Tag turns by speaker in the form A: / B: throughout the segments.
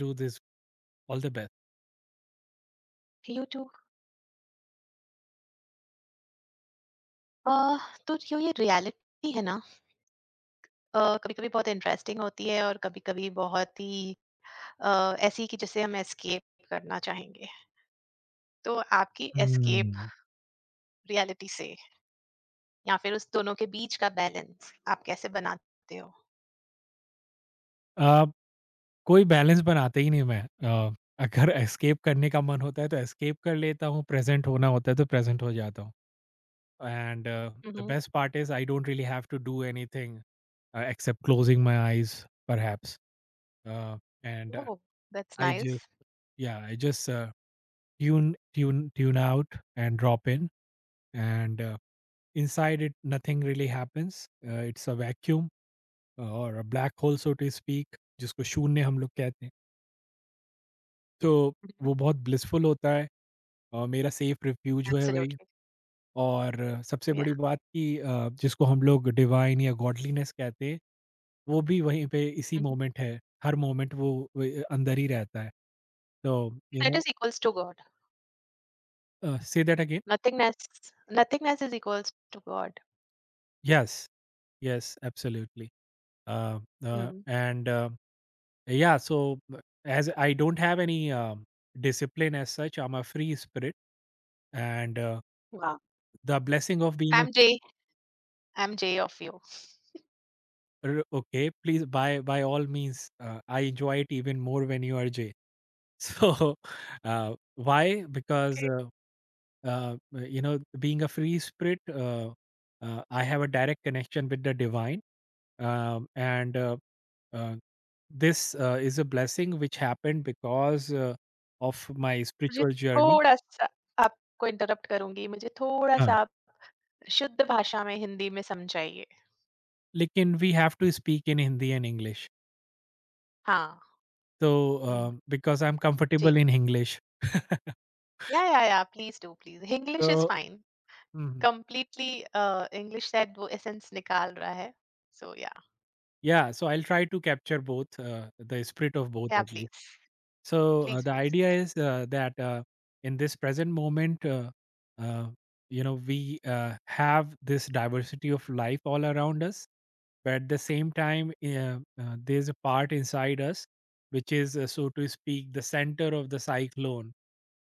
A: do this. All the best.
B: YouTube. Uh, तो जो ये रियलिटी है ना कभी-कभी बहुत इंटरेस्टिंग होती है और कभी-कभी बहुत ही ऐसी कि जिसे हम एस्केप करना चाहेंगे। तो आपकी एस्केप
A: हुँ।
B: रियलिटी से या फिर उस दोनों के बीच का बैलेंस आप कैसे बनाते हो?
A: अ, कोई बैलेंस बनाते ही नहीं मैं। अगर एस्केप करने का मन होता है तो एस्केप कर लेता हूँ, प्रेज़ेंट होना होता है तो प्रेज़ेंट हो जाता हूँ। And the
B: Mhm.
A: Best part is I don't really have to do anything, except closing my eyes perhaps, uh, and
B: Oh, that's
A: I just
B: nice.
A: I just tune tune tune out and drop in, and inside it nothing really happens. It's a vacuum और a black hole, so to speak, जिसको शून्य हम लोग कहते हैं। तो वो
B: Mhm.
A: बहुत ब्लिसफुल होता है, मेरा सेफ रिफ्यूज है वही।
B: Absolutely.
A: और सबसे
B: Yeah.
A: बड़ी बात कि, जिसको हम लोग डिवाइन या गॉडलीनेस कहते हैं वो भी वहीं पे इसी
B: Mhm.
A: मोमेंट है, हर मोमेंट वो अंदर ही रहता है। तो you
B: That
A: know.
B: is equals to God.
A: Say that again.
B: Nothingness, nothingness is equals to God.
A: Yes, yes, absolutely.
B: Hmm,
A: and, yeah, so, as I don't have any discipline as such, I'm a free spirit, and
B: वाह!
A: the blessing of being
B: I
A: a.
B: Am Jay, I am Jay of you.
A: R okay, please, by all means, I enjoy it even more when you are Jay. So, why? Because
B: okay,
A: being a free spirit, I have a direct connection with the divine, and uh, this is a blessing which happened because of my
B: मुझे
A: spiritual journey.
B: थोड़ा-सा आपको interrupt करूँगी, मुझे
A: Uh,
B: थोड़ा-सा आप शुद्ध भाषा में हिंदी में समझाइए।
A: लेकिन we have to speak in Hindi and English.
B: हाँ,
A: So,
B: hmm,
A: because I'm comfortable
B: जी।
A: in English.
B: Yeah, please do, please. English is
A: So,
B: fine.
A: hmm.
B: Completely English शायद वो एसेंस निकाल रहा है। So
A: Yeah, so I'll try to capture both, the spirit of both
B: या
A: at least.
B: Please,
A: So
B: please,
A: the
B: please
A: idea
B: yeah.
A: is that in this present moment, uh, we have this diversity of life all around us, but at the same time there's a part inside us which is so to speak the center of the cyclone,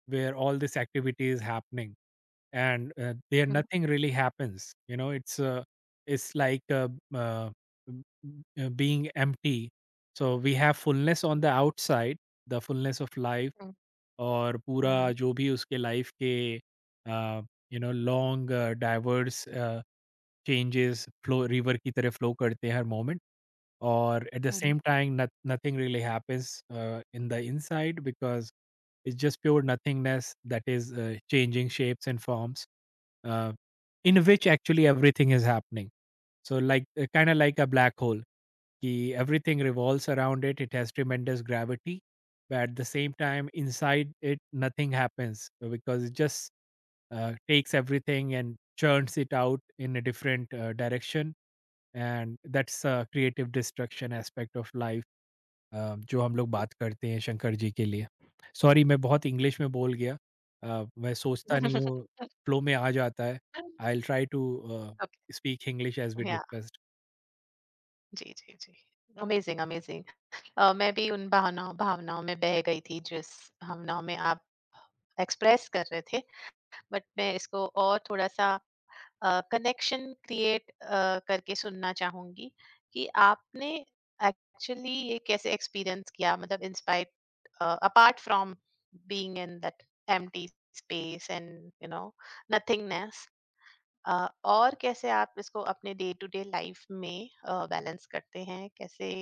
A: where all this activity is happening and there
B: hmm,
A: nothing really happens, it's it's like uh, being empty. So we have fullness on
B: hmm,
A: the outside, the fullness of life,
B: हुँ,
A: और पूरा
B: हुँ,
A: जो भी उसके life के long diverse changes flow, river की तरह flow करते हैं हर मोमेंट। और at the
B: hmm, hmm,
A: same time nothing really happens in the inside, because it's just pure nothingness that is changing shapes and forms uh, in which actually everything is happening. So like kind of like a black hole, ki everything revolves around it, it has tremendous gravity, but at the same time inside it nothing happens because it's just takes everything and churns it out in a different direction, and that's a creative destruction aspect of life, जो हम लोग
B: true.
A: बात करते हैं शंकर जी के लिए। Sorry मैं बहुत इंग्लिश में बोल गया, मैं सोचता नहीं हूँ, फ्लो में आ जाता है। I will try to
B: okay, yeah.
A: Speak English as we discussed.
B: जी, जी, जी। Amazing, amazing. मैं भी उन भावनाओं भावनाओं में बह गई थी जिस भावनाओं में आप एक्सप्रेस कर रहे थे, बट मैं इसको और थोड़ा-सा कनेक्शन क्रिएट करके सुनना चाहूँगी कि आपने एक्चुअली ये कैसे एक्सपीरियंस किया? मतलब in spite apart from being in that empty space and you know nothingness. और कैसे आप इसको अपने डे टू डे लाइफ में बैलेंस करते हैं? कैसे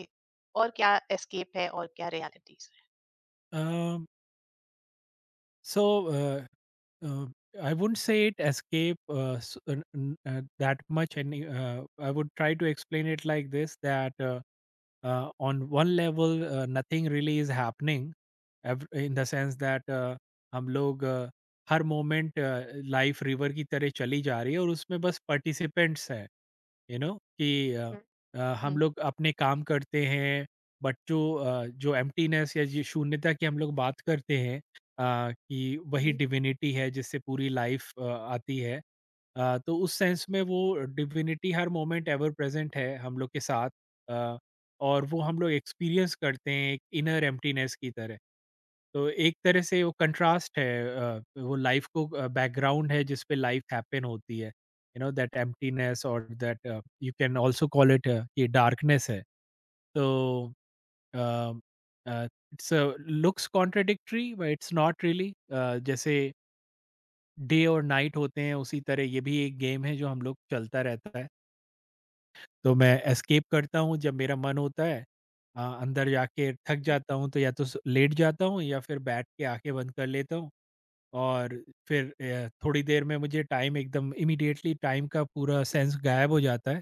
B: और क्या एस्केप है और क्या रियलिटीज़ है?
A: सो, I wouldn't say it escape that much, and uh, I would try to explain it like this: that on one level nothing really is happening, in the sense that हम लोग हर moment life river की तरह चली जा रही है और उसमें बस पार्टिसिपेंट्स हैं, यू नो कि
B: हुँ,
A: हम
B: हुँ।
A: लोग अपने काम करते हैं। बट जो एम्प्टीनेस या जो शून्यता की हम लोग बात करते हैं, कि वही
B: हुँ,
A: डिविनिटी है जिससे पूरी लाइफ आती है, तो उस सेंस में वो डिविनिटी हर मोमेंट एवर प्रेजेंट है हम लोग के साथ। uh, और वो हम लोग एक्सपीरियंस करते हैं एक इनर एम्प्टीनेस की तरह। तो एक तरह से वो कंट्रास्ट है, वो लाइफ को, बैकग्राउंड है जिस पे लाइफ हैपन होती है। यू नो दैट एम्प्टीनेस, और that you can also call it, ये डार्कनेस है। तो uh uh, it's looks contradictory but it's not really, जैसे डे और नाइट होते हैं उसी तरह ये भी एक गेम है जो हम लोग चलता रहता है। तो मैं एस्केप करता हूँ जब मेरा मन होता है। अंदर जाके थक जाता हूँ तो या तो स लेट जाता हूँ या फिर बैठ के आँखें बंद कर लेता हूँ, और फिर थोड़ी देर में मुझे टाइम, एकदम इमीडिएटली टाइम का पूरा सेंस गायब हो जाता है।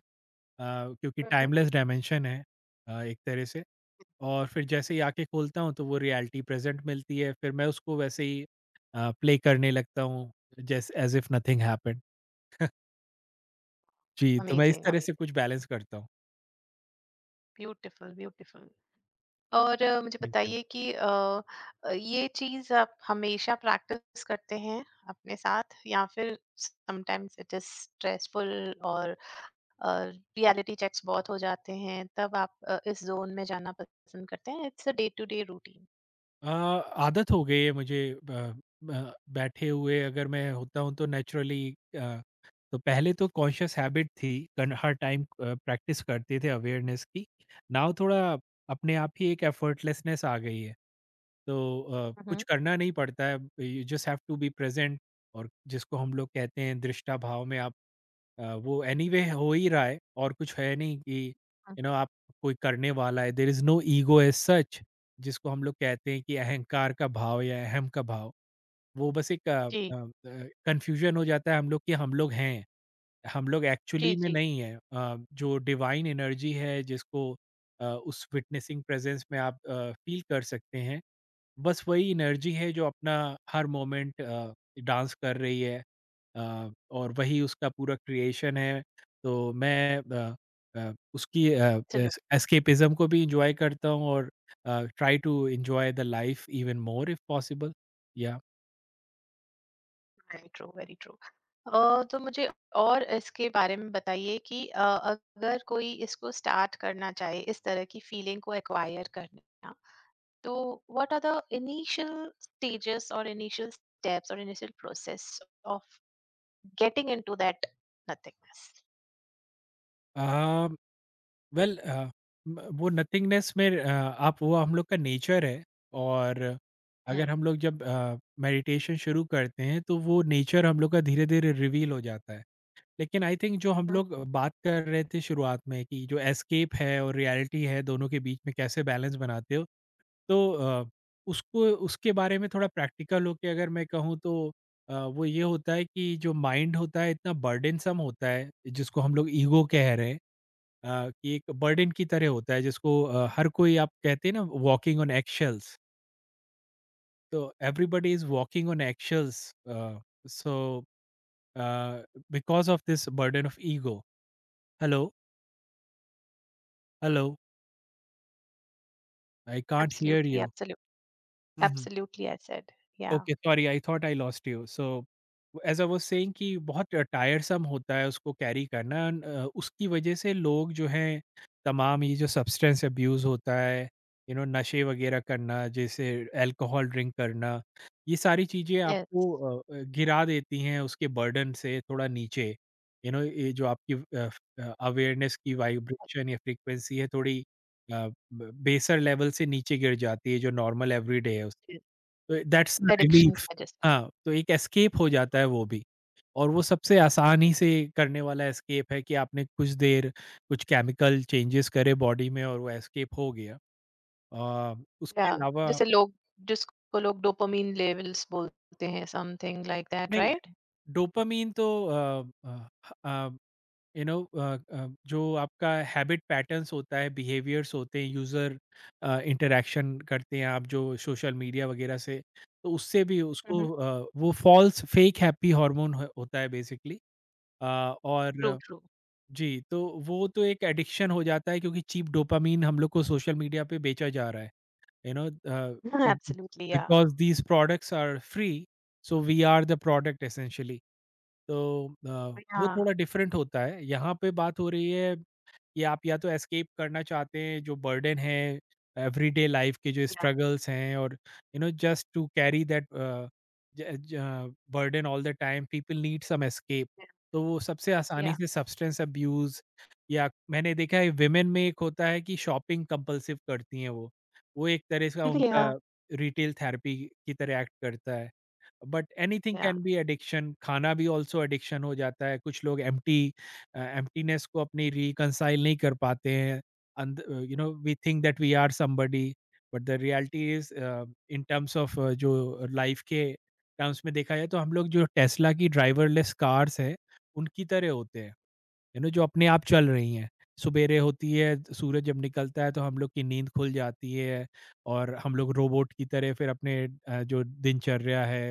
A: क्योंकि
B: हुँ।
A: टाइमलेस डायमेंशन है, एक तरह से। और फिर जैसे ही आँखें खोलता हूँ तो वो रियलिटी प्रेज़ेंट मिलती है। फिर मैं उसको वैसे ही प्ले करने लगता हूँ, just as if nothing happened. जी, तो मैं इस
B: अमेज़िंग,
A: तरह से
B: अमेज़िंग,
A: कुछ बैलेंस करता हूँ।
B: Beautiful, beautiful. और मुझे
A: थैंक यू।
B: बताइए कि ये चीज़ आप हमेशा प्रैक्टिस करते हैं अपने साथ या फिर समटाइम्स इट इज़ स्ट्रेसफुल और रियलिटी चेक्स बहुत हो जाते हैं तब आप इस जोन में जाना पसंद करते हैं it's a day to day routine.
A: आदत हो गई है मुझे, बैठे हुए अगर मैं होता हूँ तो नेचुरली। तो पहले तो कॉन्शियस हैबिट थी, हर टाइम प्रैक्टिस करते थे अवेयरनेस की। नाउ थोड़ा अपने आप ही एक एफर्टलेसनेस आ गई है, तो कुछ
B: हम्म।
A: करना नहीं पड़ता है। You just have to be present. और जिसको हम लोग कहते हैं दृष्टा भाव में आप, वो एनीवे हो ही रहा है, और कुछ है नहीं कि,
B: हम्म,
A: यू नो, आप कोई करने वाला है, there is no ego as such. जिसको हम लोग कहते हैं कि अहंकार का भाव या अहम का भाव, वो बस एक अ
B: जी
A: कन्फ्यूज़न हो जाता है हम लोग कि हम लोग हैं। हम लोग एक्चुअली
B: जी
A: में
B: जी।
A: नहीं हैं। जो डिवाइन एनर्जी है जिसको, उस विटनेसिंग प्रेज़ेंस में आप फ़ील कर सकते हैं। बस वही एनर्जी है जो अपना हर मोमेंट डांस कर रही है, और वही उसका पूरा क्रिएशन है। तो मैं उसकी, अ,
B: एब्सोल्युटली।
A: एस एस्केपिज़्म को भी एन्जॉय करता हूँ, और try to enjoy the life even more if possible. Yeah,
B: very true very true. तो मुझे और इसके बारे में बताइए कि अगर कोई इसको स्टार्ट करना चाहे इस तरह की फीलिंग को एक्वायर करना तो what are the initial stages और इनिशियल स्टेप्स और initial process of getting into that nothingness.
A: Uh, well, uh, um वो नथिंगनेस में, आप वो हम लोग का नेचर है। और
B: हम्म।
A: अगर हम लोग जब मेडिटेशन शुरू करते हैं तो वो नेचर हम लोग का धीरे-धीरे रिवील हो जाता है। लेकिन आई थिंक, जो हम लोग बात कर रहे थे शुरुआत में, कि जो एस्केप है और रियलिटी है दोनों के बीच में कैसे बैलेंस बनाते हो? तो अ, उसको उसके बारे में थोड़ा प्रैक्टिकल होके अगर मैं कहूँ तो, वो ये होता है कि जो माइंड होता है इतना बर्डनसम होता है, जिसको हम लोग ईगो कह रहे हैं। कि एक बर्डन की तरह होता है, जिसको हर कोई, आप कहते हैं ना, वॉकिंग ऑन एक्शल्स। तो everybody is walking on eggshells, so because of this burden of ego. Hello? Hello? I can't hear
B: absolutely absolutely.
A: You.
B: Absolutely I said, yeah,
A: okay, sorry, I thought I lost you. So as I was saying, कि बहुत टायरसम होता है उसको carry करना, and उसकी वजह से लोग जो हैं, तमाम ये जो सब्सटेंस अब्यूज़ होता है, यू नो नशे वगैरह करना, जैसे अल्कोहल ड्रिंक करना, ये सारी चीज़ें
B: यस।
A: आपको गिरा देती हैं उसके बर्डन से थोड़ा नीचे। यू नो, ये जो आपकी अ, फ अवेयरनेस की वाइब्रेशन या फ्रीक्वेंसी है थोड़ी, अ, ब बेसर लेवल से नीचे गिर जाती है जो नॉर्मल एवरीडे है उस। तो दैट्स द
B: एडिक्शन
A: रिलीफ।
B: की वजह से।
A: हाँ, तो एक एस्केप हो जाता है वो भी, और वो सबसे आसान ही से करने वाला एस्केप है, कि आपने कुछ देर कुछ केमिकल चेंजेस करे बॉडी में और वो एस्केप हो गया। अ,
B: या
A: उसके अलावा।
B: जैसे लोग जिसको लोग डोपामिन लेवल्स बोलते हैं समथिंग लाइक दैट
A: नहीं,
B: राइट?
A: डोपामाइन तो अ, अ, यू नो, जो आपका हैबिट पैटर्न्स होता है, बिहेवियर्स होते हैं, यूज़र इंटरैक्शन करते हैं आप जो सोशल मीडिया वगैरह से, तो उससे भी उसको, वो फ़ॉल्स फेक हैप्पी हार्मोन ह होता है बेसिकली, अ,
B: True,
A: और।
B: true.
A: जी, तो वो तो एक एडिक्शन हो जाता है क्योंकि चीप डोपामाइन हम लोग को सोशल मीडिया पे बेचा जा रहा है, you know,
B: Absolutely, yeah.
A: Because these products are free, so we are the product essentially. तो वो
B: Yeah,
A: थोड़ा डिफरेंट होता है। यहाँ पे बात हो रही है कि आप या तो एस्केप करना चाहते हैं जो बर्डन है, एवरीडे लाइफ के जो
B: yeah,
A: स्ट्रगल्स हैं, और you know just to carry that burden all the time, people need some escape.
B: yeah,
A: तो वो सबसे आसानी
B: yeah,
A: से सब्सटेंस अब्यूज, या मैंने देखा है विमेन में एक होता है कि शॉपिंग कंपल्सिव करती हैं वो। वो एक तरह का उनका
B: yeah,
A: रिटेल थेरेपी की तरह एक्ट करता है। But anything
B: yeah,
A: can be addiction, खाना भी ऑल्सो एडिक्शन हो जाता है, कुछ लोग एम्प्टीनेस को अपनी रिकंसाइल नहीं कर पाते हैं। And we think that we are somebody, but the reality is in terms of जो लाइफ के टर्म्स में देखा जाए तो हम लोग जो टेस्ला की ड्राइवरलेस कार्स है उनकी तरह होते हैं। यू नो, जो अपने आप चल रही हैं। सुबेरे होती है, सूरज जब निकलता है तो हम लोग की नींद खुल जाती है, और हम लोग रोबोट की तरह फिर अपने, जो दिनचर्या है,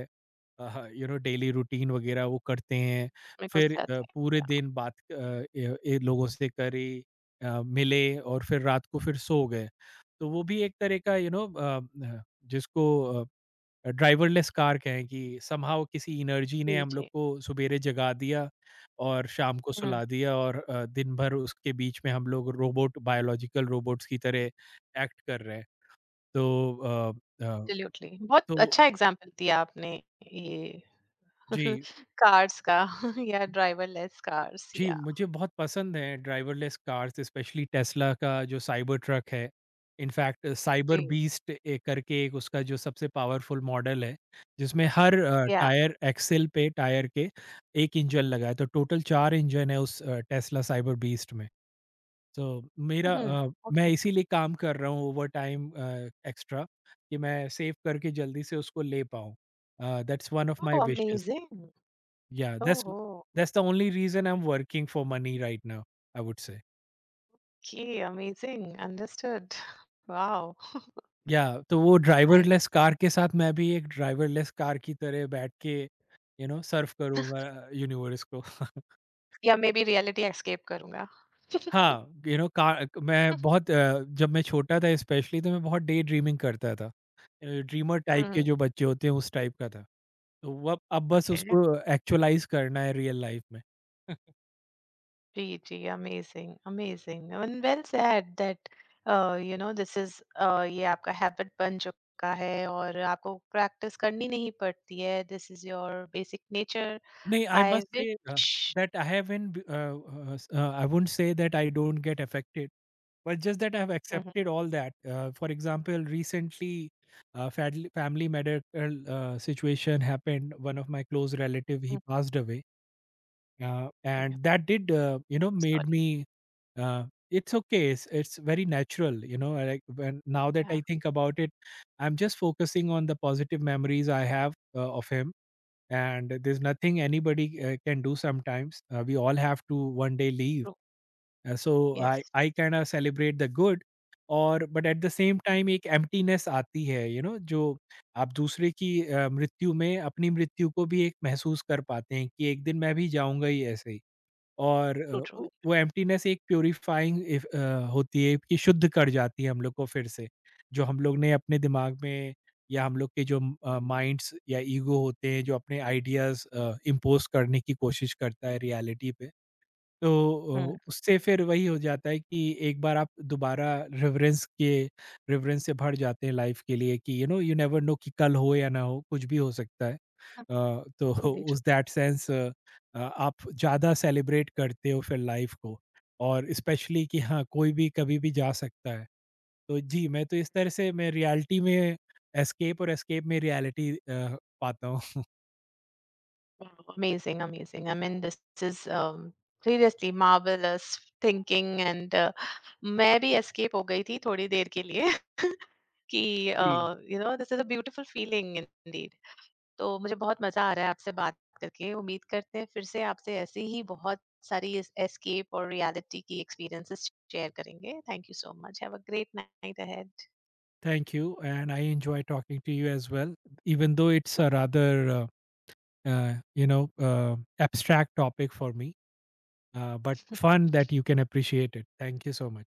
A: यू नो डेली रूटीन वगैरह, वो करते हैं।
B: उसमें घुस
A: फिर
B: जाते हैं,
A: पूरे
B: yeah,
A: दिन बात, लोगों से करी, मिले, और फिर रात को फिर सो गए। तो वो भी एक तरह का यू नो जिसको ड्राइवरलेस कार कहें कि समहाउ किसी एनर्जी ने
B: जी,
A: हम लोग
B: जी,
A: को सुबेरे जगा दिया और शाम को
B: हुँ,
A: सुला दिया और दिन भर उसके बीच में हम लोग रोबोट बायोलॉजिकल रोबोट्स की तरह एक्ट कर रहे हैं। तो अ, अ,
B: एब्सोल्युटली, बहुत
A: तो
B: अच्छा एग्ज़ाम्पल दिया आपने ये।
A: जी।
B: कार्स का। या ड्राइवरलेस कार्स
A: जी,
B: या
A: मुझे बहुत पसंद है ड्राइवरलेस कार्स स्पेशली टेस्ला का जो साइबर ट्रक है। इनफैक्ट साइबर
B: जी,
A: बीस्ट करके एक उसका जो सबसे पावरफुल मॉडल है, जिसमें हर
B: या
A: टायर एक्सेल पे टायर के 1 इंजन लगा है, तो टोटल 4 इंजन है उस टेस्ला साइबर बीस्ट में। तो
B: उहुँ,
A: मैं
B: ओके,
A: इसीलिए काम कर रहा हूँ ओवरटाइम एक्स्ट्रा कि मैं सेव करके जल्दी से उसको ले पाऊँ। That's one of
B: oh
A: my wishes.
B: Amazing!
A: Yeah, that's
B: ओहो!
A: that's the only reason I'm working for money right now, I would say।
B: Okay, amazing, understood, wow!
A: Yeah तो वो ड्राइवरलेस
B: नाइस,
A: कार के साथ मैं भी एक ड्राइवरलेस कार की तरह बैठ के यू नो सर्फ करूँगा यूनिवर्स को।
B: या मैं भी रियलिटी एस्केप करूँगा। हुँ,
A: हाँ, यू नो कार मैं बहुत जब मैं छोटा था स्पेशली तो मैं बहुत डे ड्रीमिंग करता था। ड्रीमर टाइप के जो बच्चे होते हैं उस टाइप का था। तो वो अब बस
B: ओके।
A: उसको एक्चुअलाइज़ करना है रियल लाइफ में।
B: Gee, gee, amazing, amazing. And well said that you know this is ये आपका हैबिट बन चुका है और आपको प्रैक्टिस करनी नहीं पड़ती है this is your basic nature.
A: No, I
B: I
A: must say
B: wish.
A: that I haven't, I wouldn't say that I don't get affected, but just that I've accepted all that. For example, recently, family medical situation happened. One of my close relative, he passed away. And that did, made
B: sorry.
A: me, uh, it's okay. It's very natural, you know, like when, now that I think about it, I'm just focusing on the positive memories I have of him, and there's nothing anybody can do. Sometimes we all have to one day leave.
B: True.
A: So
B: yes.
A: I kind of celebrate the good। और but at the same time एक emptiness आती है you you no know, जो आप दूसरे की मृत्यु में अपनी मृत्यु को भी एक महसूस कर पाते हैं कि एक दिन मैं भी जाऊंगा ही ऐसे ही। और
B: ट्रू ट्रू।
A: वो एम्प्टीनेस एक प्यूरिफाइंग इफ होती है कि शुद्ध कर जाती है हम लोग को फिर से। जो हम लोग ने अपने दिमाग में या हम लोग के जो माइंड्स या ईगो होते हैं जो अपने आइडियाज़ इम्पोज़ करने की कोशिश करता है रियलिटी पे। तो उससे फिर वही हो जाता है कि एक बार आप दोबारा रिवरेंस से भर जाते हैं लाइफ के लिए कि you know you never know कि कल हो या ना हो कुछ भी हो सकता है। तो
B: वेरी ट्रू।
A: उस दैट सेंस आप ज़्यादा सेलिब्रेट करते हो फिर लाइफ को। और स्पेशली कि हाँ कोई भी कभी भी जा सकता है। तो जी, मैं तो इस तरह से मैं रियलिटी में एस्केप और एस्केप में रियलिटी पाता हूँ।
B: Amazing amazing I mean this is seriously marvellous thinking and मैं भी एस्केप हो गई थी थोड़ी देर के लिए। कि
A: जी।
B: You know this is a beautiful feeling indeed. तो मुझे बहुत मजा आ रहा है आपसे बात करके उम्मीद करते हैं फिर से आपसे ऐसे ही बहुत सारी एस्केप और रियलिटी की एक्सपीरियंसेस शेयर करेंगे thank you so much have a great night ahead.
A: Thank you and I enjoy talking to you as well even though it's a rather abstract topic for me, but fun that you can appreciate it. Thank you so much.